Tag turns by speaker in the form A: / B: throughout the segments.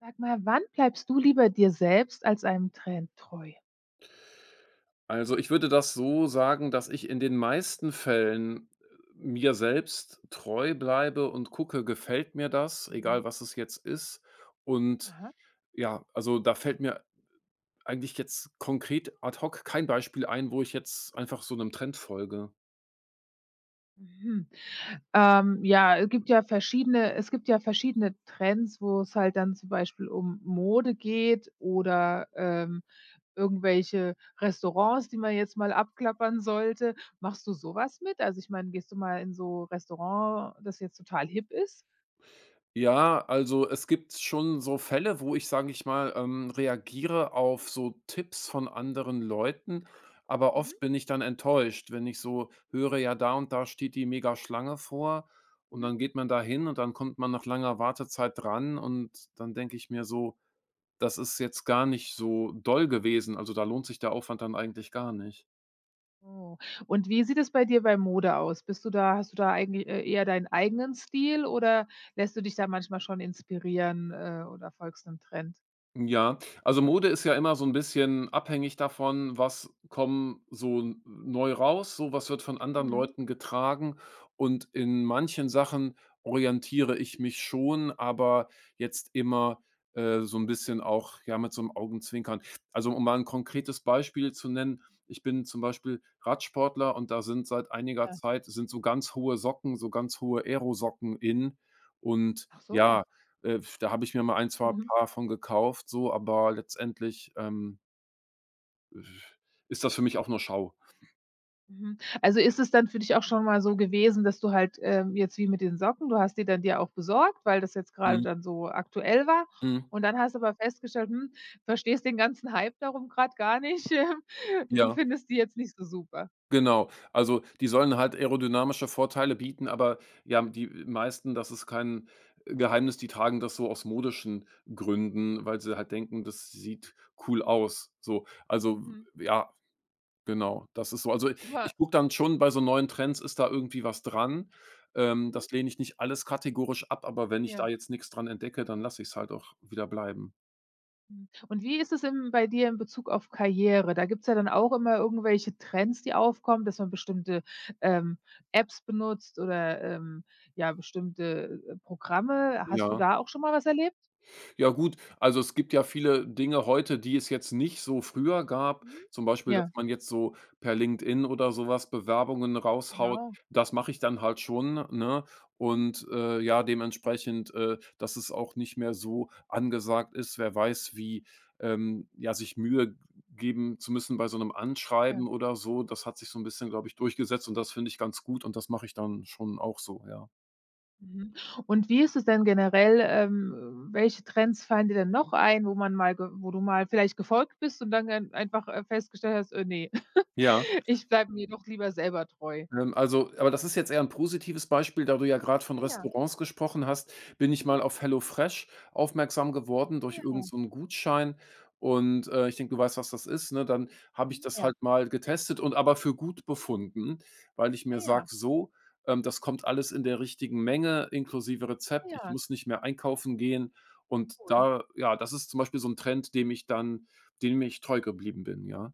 A: Sag mal, wann bleibst du lieber dir selbst als einem Trend treu?
B: Also, ich würde das so sagen, dass ich in den meisten Fällen mir selbst treu bleibe und gucke, gefällt mir das, egal
A: Mhm.
B: was es jetzt ist. Und
A: Aha.
B: ja, also da fällt mir eigentlich jetzt konkret ad hoc kein Beispiel ein, wo ich jetzt einfach so einem Trend folge.
A: Mhm. Ja, es gibt ja verschiedene Trends, wo es halt dann zum Beispiel um Mode geht oder, irgendwelche Restaurants, die man jetzt mal abklappern sollte. Machst du sowas mit? Also, ich meine, gehst du mal in so Restaurant, das jetzt total hip ist?
B: Ja, also es gibt schon so Fälle, wo ich, sage ich mal, reagiere auf so Tipps von anderen Leuten, aber oft
A: Mhm.
B: bin ich dann enttäuscht, wenn ich so höre, ja, da und da steht die Mega-Schlange vor und
A: Mhm.
B: dann geht man da hin und dann kommt man nach langer Wartezeit dran und dann denke ich mir so, das ist jetzt gar nicht so doll gewesen, also da lohnt sich der Aufwand dann eigentlich gar nicht.
A: Oh. Und wie sieht es bei dir bei Mode aus? Bist du da hast du da eigentlich, eher deinen eigenen Stil oder lässt du dich da manchmal schon inspirieren, oder folgst einem Trend?
B: Ja, also Mode ist ja immer so ein bisschen abhängig davon, was kommen so n neu raus, so was wird von anderen
A: Mhm.
B: Leuten getragen und in manchen Sachen orientiere ich mich schon, aber jetzt immer, so ein bisschen auch, ja, mit so einem Augenzwinkern. Also, um mal ein konkretes Beispiel zu nennen, ich bin zum Beispiel Radsportler und da sind seit einiger
A: Ja.
B: Zeit sind so ganz hohe Socken, so ganz hohe Aerosocken in und
A: Ach so.
B: ja da habe ich mir mal ein, zwei
A: Mhm,
B: Paar von gekauft, so, aber letztendlich, ist das für mich auch nur Schau.
A: mhm. Also, ist es dann für dich auch schon mal so gewesen, dass du halt, jetzt wie mit den Socken, du hast die dann dir auch besorgt, weil das jetzt gerade
B: Mhm,
A: dann so aktuell war
B: mhm.
A: und dann hast du aber festgestellt: „Hm, verstehst den ganzen Hype darum gerade gar nicht. Du
B: Ja,
A: findest die jetzt nicht so super.“
B: genau. Also, die sollen halt aerodynamische Vorteile bieten, aber ja,
A: Mhm,
B: die meisten, das ist kein Geheimnis, die tragen das so aus modischen Gründen, weil sie halt denken, das sieht cool aus, so. Also,
A: mhm.
B: ja genau, das ist so. Also,
A: Du ha
B: ich gucke dann schon bei so neuen Trends, ist da irgendwie was dran?
A: mhm,
B: Das lehne ich nicht alles kategorisch ab, aber wenn ich da
A: ja.
B: jetzt nichts dran entdecke, dann lasse ich es halt auch wieder bleiben.
A: Mhm. Und wie ist es im bei dir in Bezug auf Karriere? Da gibt es ja dann auch immer irgendwelche Trends, die aufkommen, dass man bestimmte, ähm, Apps benutzt oder, ja, bestimmte, Programme. Hast du
B: Ja.
A: da auch schon mal was erlebt?
B: Ja gut, also es gibt ja viele Dinge heute, die es jetzt nicht so früher gab.
A: Mhm.
B: Zum Beispiel, dass
A: Ja,
B: man jetzt so per LinkedIn oder sowas Bewerbungen raushaut.
A: genau.
B: Das mache ich dann halt schon, ne?
A: Mhm.
B: Und, ja, dementsprechend, dass es auch nicht mehr so angesagt ist. Wer weiß, wie, ja, sich Mühe geben zu müssen bei so einem Anschreiben
A: Ja.
B: oder so. Das hat sich so ein bisschen, glaube ich, durchgesetzt und das finde ich ganz gut und das mache ich dann schon auch so, ja.
A: Mhm. Und wie ist es denn generell, welche Trends fallen dir denn noch ein, wo man mal ge wo du mal vielleicht gefolgt bist und dann einfach, festgestellt hast: „Ne,
B: Ja.
A: ich bleibe mir doch lieber selber treu?“
B: Also aber das ist jetzt eher ein positives Beispiel, da du ja gerade von
A: Ja.
B: Restaurants gesprochen hast, bin ich
A: Mhm.
B: mal auf HelloFresh aufmerksam geworden durch irgend
A: Ja.
B: so 'n Gutschein und, ich denke, du weißt, was das ist, ne? Dann habe ich
A: Mhm.
B: das
A: Ja.
B: halt mal getestet und aber für gut befunden, weil ich
A: Ah
B: mir sage:
A: ja.
B: „So, das kommt alles in der richtigen Menge inklusive Rezept. Ich
A: Ja,
B: muss nicht mehr einkaufen gehen.“ Und
A: cool.
B: da ja, das ist zum Beispiel so 'n Trend, dem ich treu geblieben bin, ja.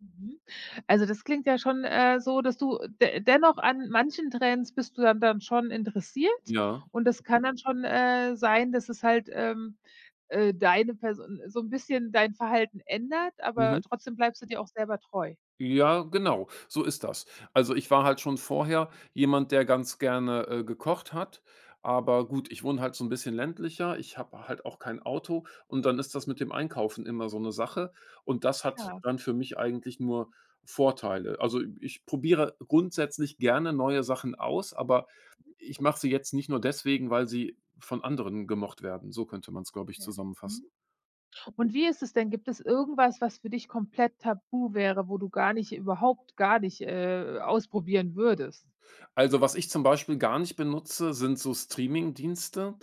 A: Mhm. Also, das klingt ja schon, so, dass du de dennoch an manchen Trends bist du dann schon interessiert
B: Ja.
A: und das kann dann schon, sein, dass es halt, deine Person so 'n bisschen dein Verhalten ändert, aber
B: Mhm.
A: trotzdem bleibst du dir auch selber treu.
B: Ja, genau, so ist das. Also, ich war halt schon vorher jemand, der ganz gerne, gekocht hat, aber gut,
A: Mhm.
B: ich wohne halt so ein bisschen ländlicher, ich habe halt auch kein Auto und dann ist das mit
A: Mhm.
B: dem Einkaufen immer so eine Sache und das hat
A: Klar,
B: dann für mich eigentlich nur Vorteile. Also, ich probiere grundsätzlich gerne neue Sachen aus, aber ich mache sie jetzt nicht nur deswegen, weil sie von anderen gemocht werden. So könnte man es, glaube ich,
A: ja. Mhm.
B: zusammenfassen.
A: Und wie ist es denn? Gibt es irgendwas, was für dich komplett tabu wäre, wo du gar nicht überhaupt gar nicht, ausprobieren würdest?
B: Also, was ich zum Beispiel gar nicht benutze, sind so Streaming-Dienste,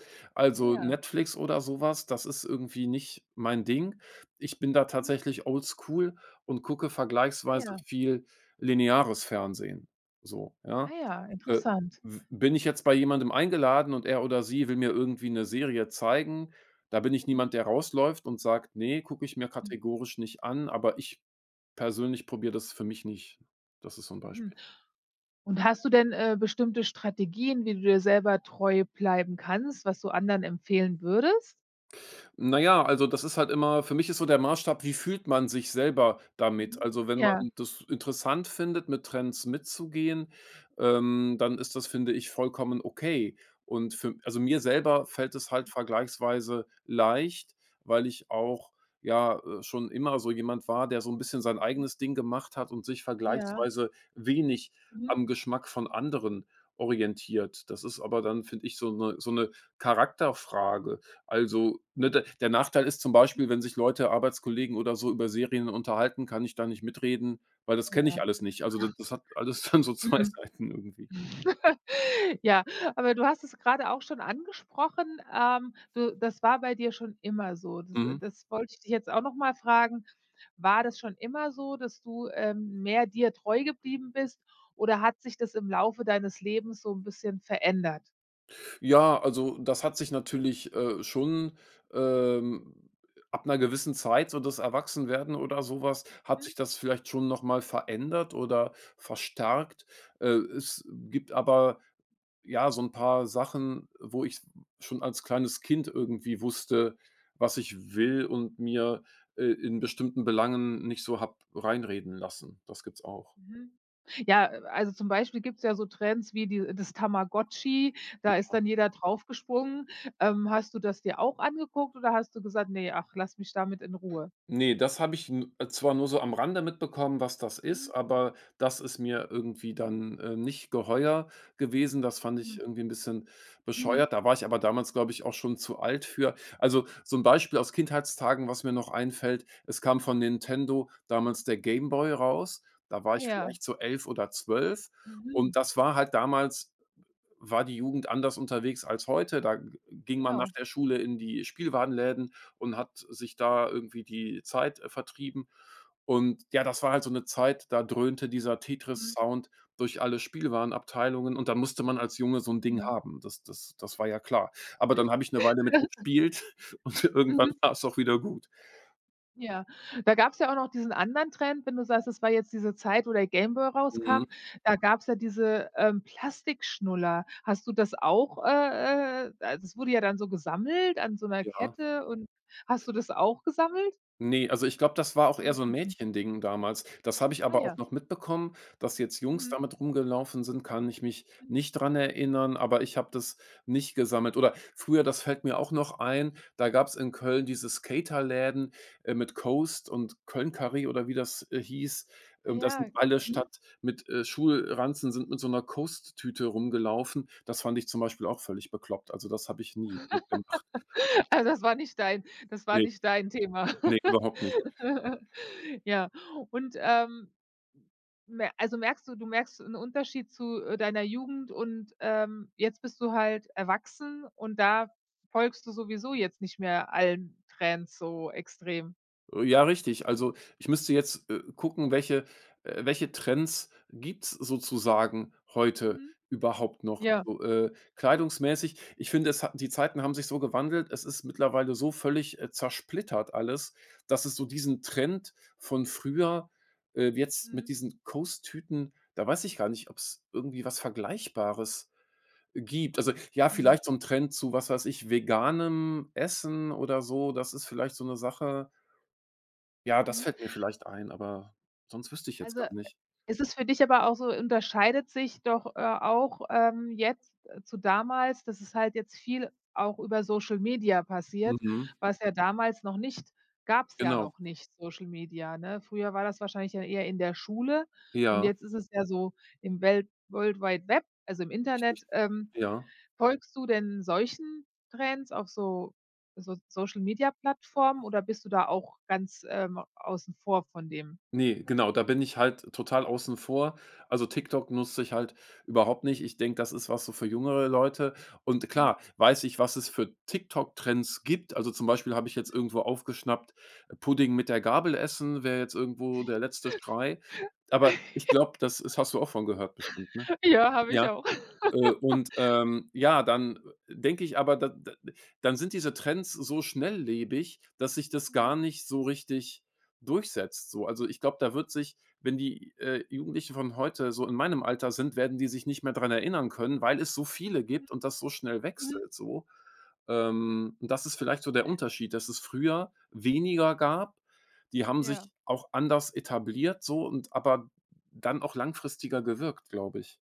A: Ah
B: also
A: ja.
B: Netflix oder sowas. Das ist irgendwie nicht mein Ding. Ich bin da
A: Mhm.
B: tatsächlich oldschool und gucke
A: Ah
B: vergleichsweise
A: ja.
B: viel lineares Fernsehen. So,
A: Ah
B: ja.
A: ja,
B: Äh,
A: interessant.
B: w Bin ich jetzt bei jemandem eingeladen und er oder sie will mir irgendwie eine Serie zeigen, da bin ich
A: Mhm.
B: niemand, der rausläuft und sagt: „Ne, gucke ich mir kategorisch nicht an“, aber ich persönlich probiere das für mich nicht. Das ist so ein
A: Mhm.
B: Beispiel.
A: Und hast du denn, bestimmte Strategien, wie du dir selber treu bleiben kannst, was du anderen empfehlen würdest?
B: Na ja, also das ist halt immer für mich ist so der Maßstab, wie fühlt man sich selber damit?
A: Mhm.
B: Also, wenn man
A: Ja.
B: das interessant findet, mit Trends mitzugehen, dann ist das, finde ich, vollkommen okay. Und für also mir selber fällt es halt vergleichsweise leicht, weil ich auch, ja, schon immer so jemand war, der so ein bisschen sein
A: Mhm.
B: eigenes Ding gemacht hat und sich
A: Ja.
B: vergleichsweise wenig
A: Mhm.
B: am Geschmack von anderen orientiert. Das ist aber dann, finde ich, so eine Charakterfrage. Also, ne, d der Nachteil ist zum
A: Mhm.
B: Beispiel, wenn sich Leute, Arbeitskollegen oder so über Serien unterhalten, kann ich da nicht mitreden, weil das kenne ich
A: Ja.
B: alles nicht. Also, d das hat alles dann so zwei
A: Mhm.
B: Seiten irgendwie.
A: Ja, aber du hast es gerade auch schon angesprochen, du das war bei dir schon immer so. Das äh,
B: Mhm.
A: das wollte ich dich jetzt auch noch mal fragen. War das schon immer so, dass du, mehr dir treu geblieben bist oder hat sich das im Laufe deines Lebens so ein bisschen verändert?
B: Ja, also das hat sich natürlich, schon, ähm, ab einer gewissen Zeit, so das Erwachsenwerden oder sowas, hat sich das vielleicht schon noch mal verändert oder verstärkt. Es gibt aber, ja, so ein paar Sachen, wo ich schon als kleines Kind irgendwie wusste, was ich will und mir, in bestimmten Belangen nicht so hab reinreden lassen. Das gibt's auch.
A: Mhm. Ja, also zum Beispiel gibt's ja so Trends wie die das Tamagotchi, da ist
B: Ja.
A: dann jeder draufgesprungen. Hast du das dir auch angeguckt oder hast du gesagt: „Ne, ach, lass mich damit in Ruhe?“
B: Ne, das habe ich n zwar nur so am Rande mitbekommen, was das ist,
A: Mhm,
B: aber das ist mir irgendwie dann, nicht geheuer gewesen. Das fand ich
A: mhm,
B: irgendwie ein bisschen bescheuert.
A: mhm.
B: Da war ich aber damals, glaube ich, auch schon zu alt für. Also, so ein Beispiel aus Kindheitstagen, was mir noch einfällt: Es kam von Nintendo damals der Game Boy raus. Da war
A: Ah
B: ich
A: ja,
B: vielleicht so 11 oder 12, und
A: mhm,
B: das war halt damals war die Jugend anders unterwegs als heute. Da g ging man nach
A: genau.
B: der Schule in die Spielwarenläden und hat sich da irgendwie die Zeit, vertrieben. Und ja, das war halt so eine Zeit, da dröhnte dieser
A: Mhm,
B: Tetris-Sound durch alle Spielwarenabteilungen und da musste man als Junge so ein Ding
A: mhm.
B: haben. Das war ja klar. Aber dann habe ich eine Weile mit gespielt und irgendwann
A: Mhm.
B: war es auch wieder gut.
A: Ja, da gab's ja auch noch diesen anderen Trend, wenn du sagst, es war jetzt diese Zeit, wo der Game Boy
B: Mhm,
A: rauskam, da gab's ja diese, Plastikschnuller. Hast du das auch, also, es wurde ja dann so gesammelt an so 'ner
B: ja.
A: Kette und hast du das auch gesammelt?
B: Ne, also ich glaube, das war auch
A: Also,
B: eher
A: das
B: so 'n
A: kannst du nicht
B: Mädchending damals. Das habe ich
A: ah
B: aber auch
A: ja.
B: noch mitbekommen, dass jetzt Jungs
A: Mhm.
B: damit rumgelaufen sind, kann ich mich
A: Mhm.
B: nicht dran erinnern, aber ich habe das nicht gesammelt. Oder früher, das fällt mir auch noch ein, da gab's in Köln diese Skaterläden, mit Coast und Köln-Curry oder wie das, hieß.
A: Ah
B: Da sind
A: ja.
B: alle
A: Mhm.
B: statt mit, Schulranzen sind mit so 'ner Coast-Tüte rumgelaufen. Das fand ich zum Beispiel auch völlig bekloppt. Also, das habe ich nie mitgemacht.
A: Also, das war nicht dein das war
B: Ne,
A: nicht dein Thema.
B: ne, überhaupt nicht.
A: Ja, und, mer also, merkst du merkst 'n Unterschied zu, deiner Jugend und, jetzt bist du halt erwachsen und da folgst du sowieso jetzt nicht mehr allen Trends so extrem.
B: Ja, richtig. Also, ich müsste jetzt, gucken, welche Trends gibt's sozusagen heute
A: Mhm.
B: überhaupt noch,
A: Ja.
B: so, kleidungsmäßig. Ich finde, es hat die Zeiten haben sich so gewandelt. Es ist mittlerweile so völlig, zersplittert alles, dass es so diesen Trend von früher, jetzt mit
A: Mhm.
B: diesen Coast-Tüten da weiß ich gar nicht, ob es irgendwie was Vergleichbares gibt. Also, ja,
A: Mhm.
B: vielleicht so ein Trend zu, was weiß ich, veganem Essen oder so. Das ist vielleicht so eine Sache ja, das
A: Mhm.
B: fällt mir vielleicht ein, aber sonst wüsste ich jetzt
A: Also
B: gar nicht.
A: Ist es für dich aber auch so unterscheidet sich doch, auch, jetzt, zu damals, dass es halt jetzt viel auch über Social Media passiert,
B: Mhm,
A: was ja damals noch nicht
B: genau.
A: Social Media, ne? Früher war das wahrscheinlich dann eher in der Schule und
B: Ja,
A: jetzt ist es ja so im Welt World Wide Web, also im Internet.
B: richtig. Ja.
A: Folgst du denn solchen Trends auf so Social Media Plattformen oder bist du da auch ganz, außen vor von dem?
B: Ne, genau, da bin ich halt total außen vor. Also, TikTok nutze ich halt überhaupt nicht. Ich denke, das ist was so für jüngere Leute. Und
A: Mhm.
B: klar, weiß ich, was es für TikTok-Trends gibt. Also, zum Beispiel habe ich jetzt irgendwo aufgeschnappt, Pudding mit der Gabel essen wäre jetzt irgendwo der letzte Schrei. Aber ich glaube, das ist hast du auch von gehört bestimmt, ne?
A: Ja, habe ich
B: Ja.
A: auch.
B: Und, ja, dann denke ich aber, da da dann sind diese Trends so schnelllebig, dass sich das gar
A: Mhm,
B: nicht so richtig durchsetzt so. Also, ich glaube, da wird sich wenn die, Jugendlichen von heute so in meinem Alter sind, werden die sich nicht mehr dran erinnern können, weil es so viele
A: mhm,
B: gibt und das so schnell
A: mhm.
B: wechselt so. Und das ist vielleicht so der Unterschied, dass es früher weniger gab. Die haben
A: Ja,
B: sich auch anders etabliert so und aber dann auch langfristiger gewirkt, glaube ich.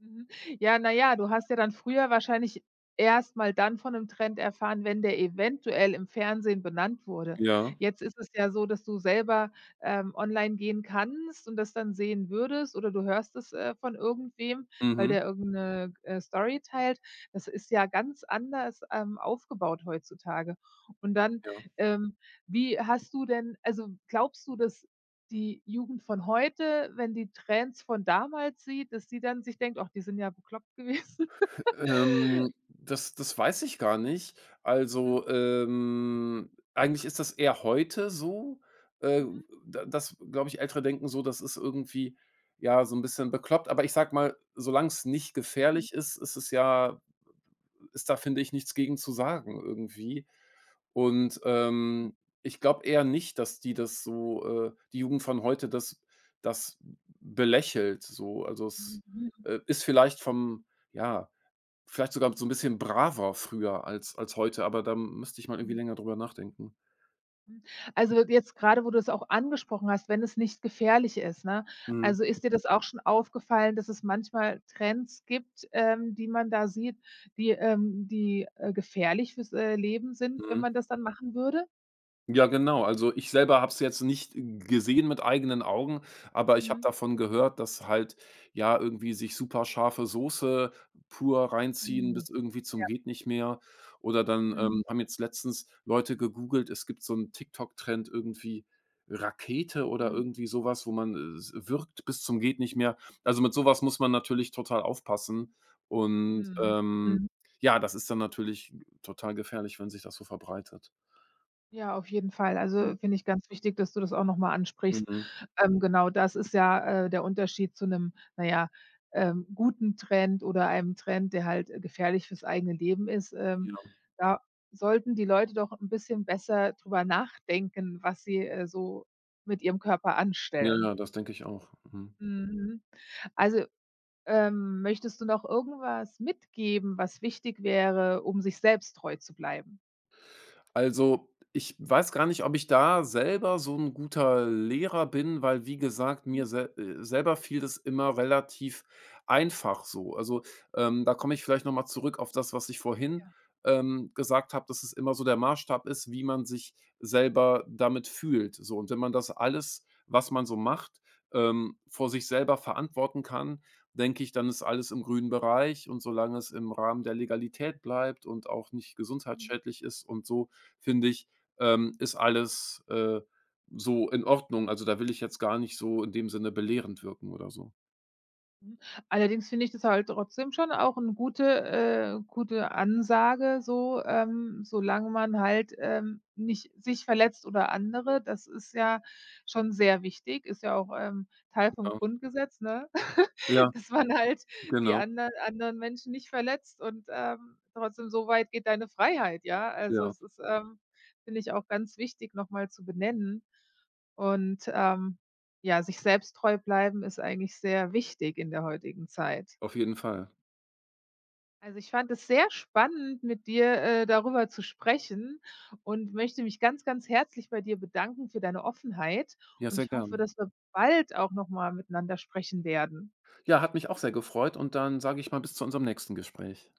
A: mhm. Ja, na ja, du hast ja dann früher wahrscheinlich erst mal dann von einem Trend erfahren, wenn der eventuell im Fernsehen benannt wurde.
B: Ja,
A: Jetzt ist es ja so, dass du selber, online gehen kannst und das dann sehen würdest oder du hörst es, von irgendwem, weil
B: mhm.
A: der irgendeine Story teilt. Das ist ja ganz anders, aufgebaut heutzutage. Und dann,
B: Ja.
A: ähm, wie hast du denn also, glaubst du, dass die Jugend von heute, wenn die Trends von damals sieht, dass sie dann sich denkt: „Ach, die sind ja bekloppt gewesen.“
B: Das weiß ich gar nicht.
A: Mhm,
B: Also, eigentlich ist das eher heute so, äh,
A: mhm,
B: da dass, glaube ich, Ältere denken so, das ist irgendwie, ja, so ein bisschen bekloppt. Aber ich sage mal, solange es nicht
A: mhm,
B: gefährlich ist, ist es ja ist da, finde ich, nichts gegen zu sagen irgendwie. Und,
A: mhm,
B: ich glaube eher nicht, dass die das so die Jugend von heute das belächelt so. Also,
A: mhm,
B: es,
A: mhm,
B: ist vielleicht vom ja, vielleicht sogar so ein bisschen braver früher als heute, aber da müsste ich mal irgendwie
A: mhm.
B: länger drüber nachdenken.
A: Also, jetzt grade, wo du es auch angesprochen hast, wenn es nicht gefährlich ist, ne?
B: Mhm,
A: Also, ist dir das auch schon aufgefallen, dass es manchmal Trends gibt, die man da sieht, die, die, gefährlich fürs, Leben sind, wenn
B: mhm.
A: man das dann machen würde?
B: Ja, genau. Also, ich selber habe es jetzt nicht gesehen mit eigenen Augen, aber ich habe
A: Mhm,
B: davon gehört, dass halt, ja, irgendwie sich super scharfe Soße pur reinziehen
A: mhm,
B: bis irgendwie zum geht nicht mehr. Oder dann,
A: mhm,
B: haben jetzt letztens Leute gegoogelt, es gibt so einen TikTok-Trend irgendwie Rakete oder
A: mhm,
B: irgendwie sowas, wo man, s würgt bis zum geht nicht mehr. Also, mit sowas muss man natürlich total aufpassen und,
A: mhm, mhm.
B: ja, das ist dann natürlich total gefährlich, wenn sich das so verbreitet.
A: Ja, auf jeden Fall.
B: Mhm.
A: Also, finde ich ganz wichtig, dass du das auch noch mal ansprichst.
B: Mhm.
A: Genau, das ist ja, der Unterschied zu einem, naja, guten Trend oder einem Trend, der halt, gefährlich fürs eigene Leben ist.
B: Ja.
A: Da sollten die Leute doch ein bisschen besser drüber nachdenken, was sie, so mit ihrem Körper
B: Ja,
A: anstellen.
B: ja, das denke ich auch. Mhm.
A: Mhm. Also, möchtest du noch irgendwas mitgeben, was wichtig wäre, um sich selbst treu zu bleiben?
B: Also, ich weiß gar nicht, ob ich da selber so 'n guter Lehrer bin, weil, wie gesagt,
A: Mhm.
B: mir sel selber fiel das immer relativ einfach so. Also, da komme ich
A: Mhm.
B: vielleicht noch mal zurück auf das, was ich vorhin,
A: Ja.
B: gesagt habe, dass es immer so der Maßstab ist, wie man sich selber damit fühlt, so. Und wenn man das alles, was man so macht, vor sich selber verantworten kann, denke ich, dann ist alles im grünen Bereich und solange es im Rahmen der Legalität bleibt und auch nicht
A: Mhm.
B: gesundheitsschädlich ist und so, finde ich, ist alles, so in Ordnung. Also, da will ich jetzt gar nicht so in dem Sinne belehrend wirken oder so.
A: Mhm. Allerdings finde ich das halt trotzdem schon auch 'n gute Ansage so, solange man halt, nicht sich verletzt oder andere. Das ist ja schon sehr wichtig, ist ja auch, Teil vom
B: Ja,
A: Grundgesetz, ne?
B: ja,
A: Dass man halt die
B: genau.
A: anderen Menschen nicht verletzt und, trotzdem so weit geht deine Freiheit, ja? Also,
B: Ja,
A: es ist, finde ich auch ganz wichtig, noch mal zu benennen und, ja, sich selbst treu bleiben ist eigentlich sehr wichtig in der heutigen Zeit.
B: auf jeden Fall.
A: Also, ich fand es sehr spannend, mit dir, darüber zu sprechen und möchte mich ganz, ganz herzlich bei dir bedanken für deine Offenheit
B: Ja,
A: und
B: sehr
A: ich hoffe,
B: gern.
A: dass wir bald auch noch mal miteinander sprechen werden.
B: Ja, hat mich auch sehr gefreut und dann sage ich mal, bis zu unserem nächsten Gespräch.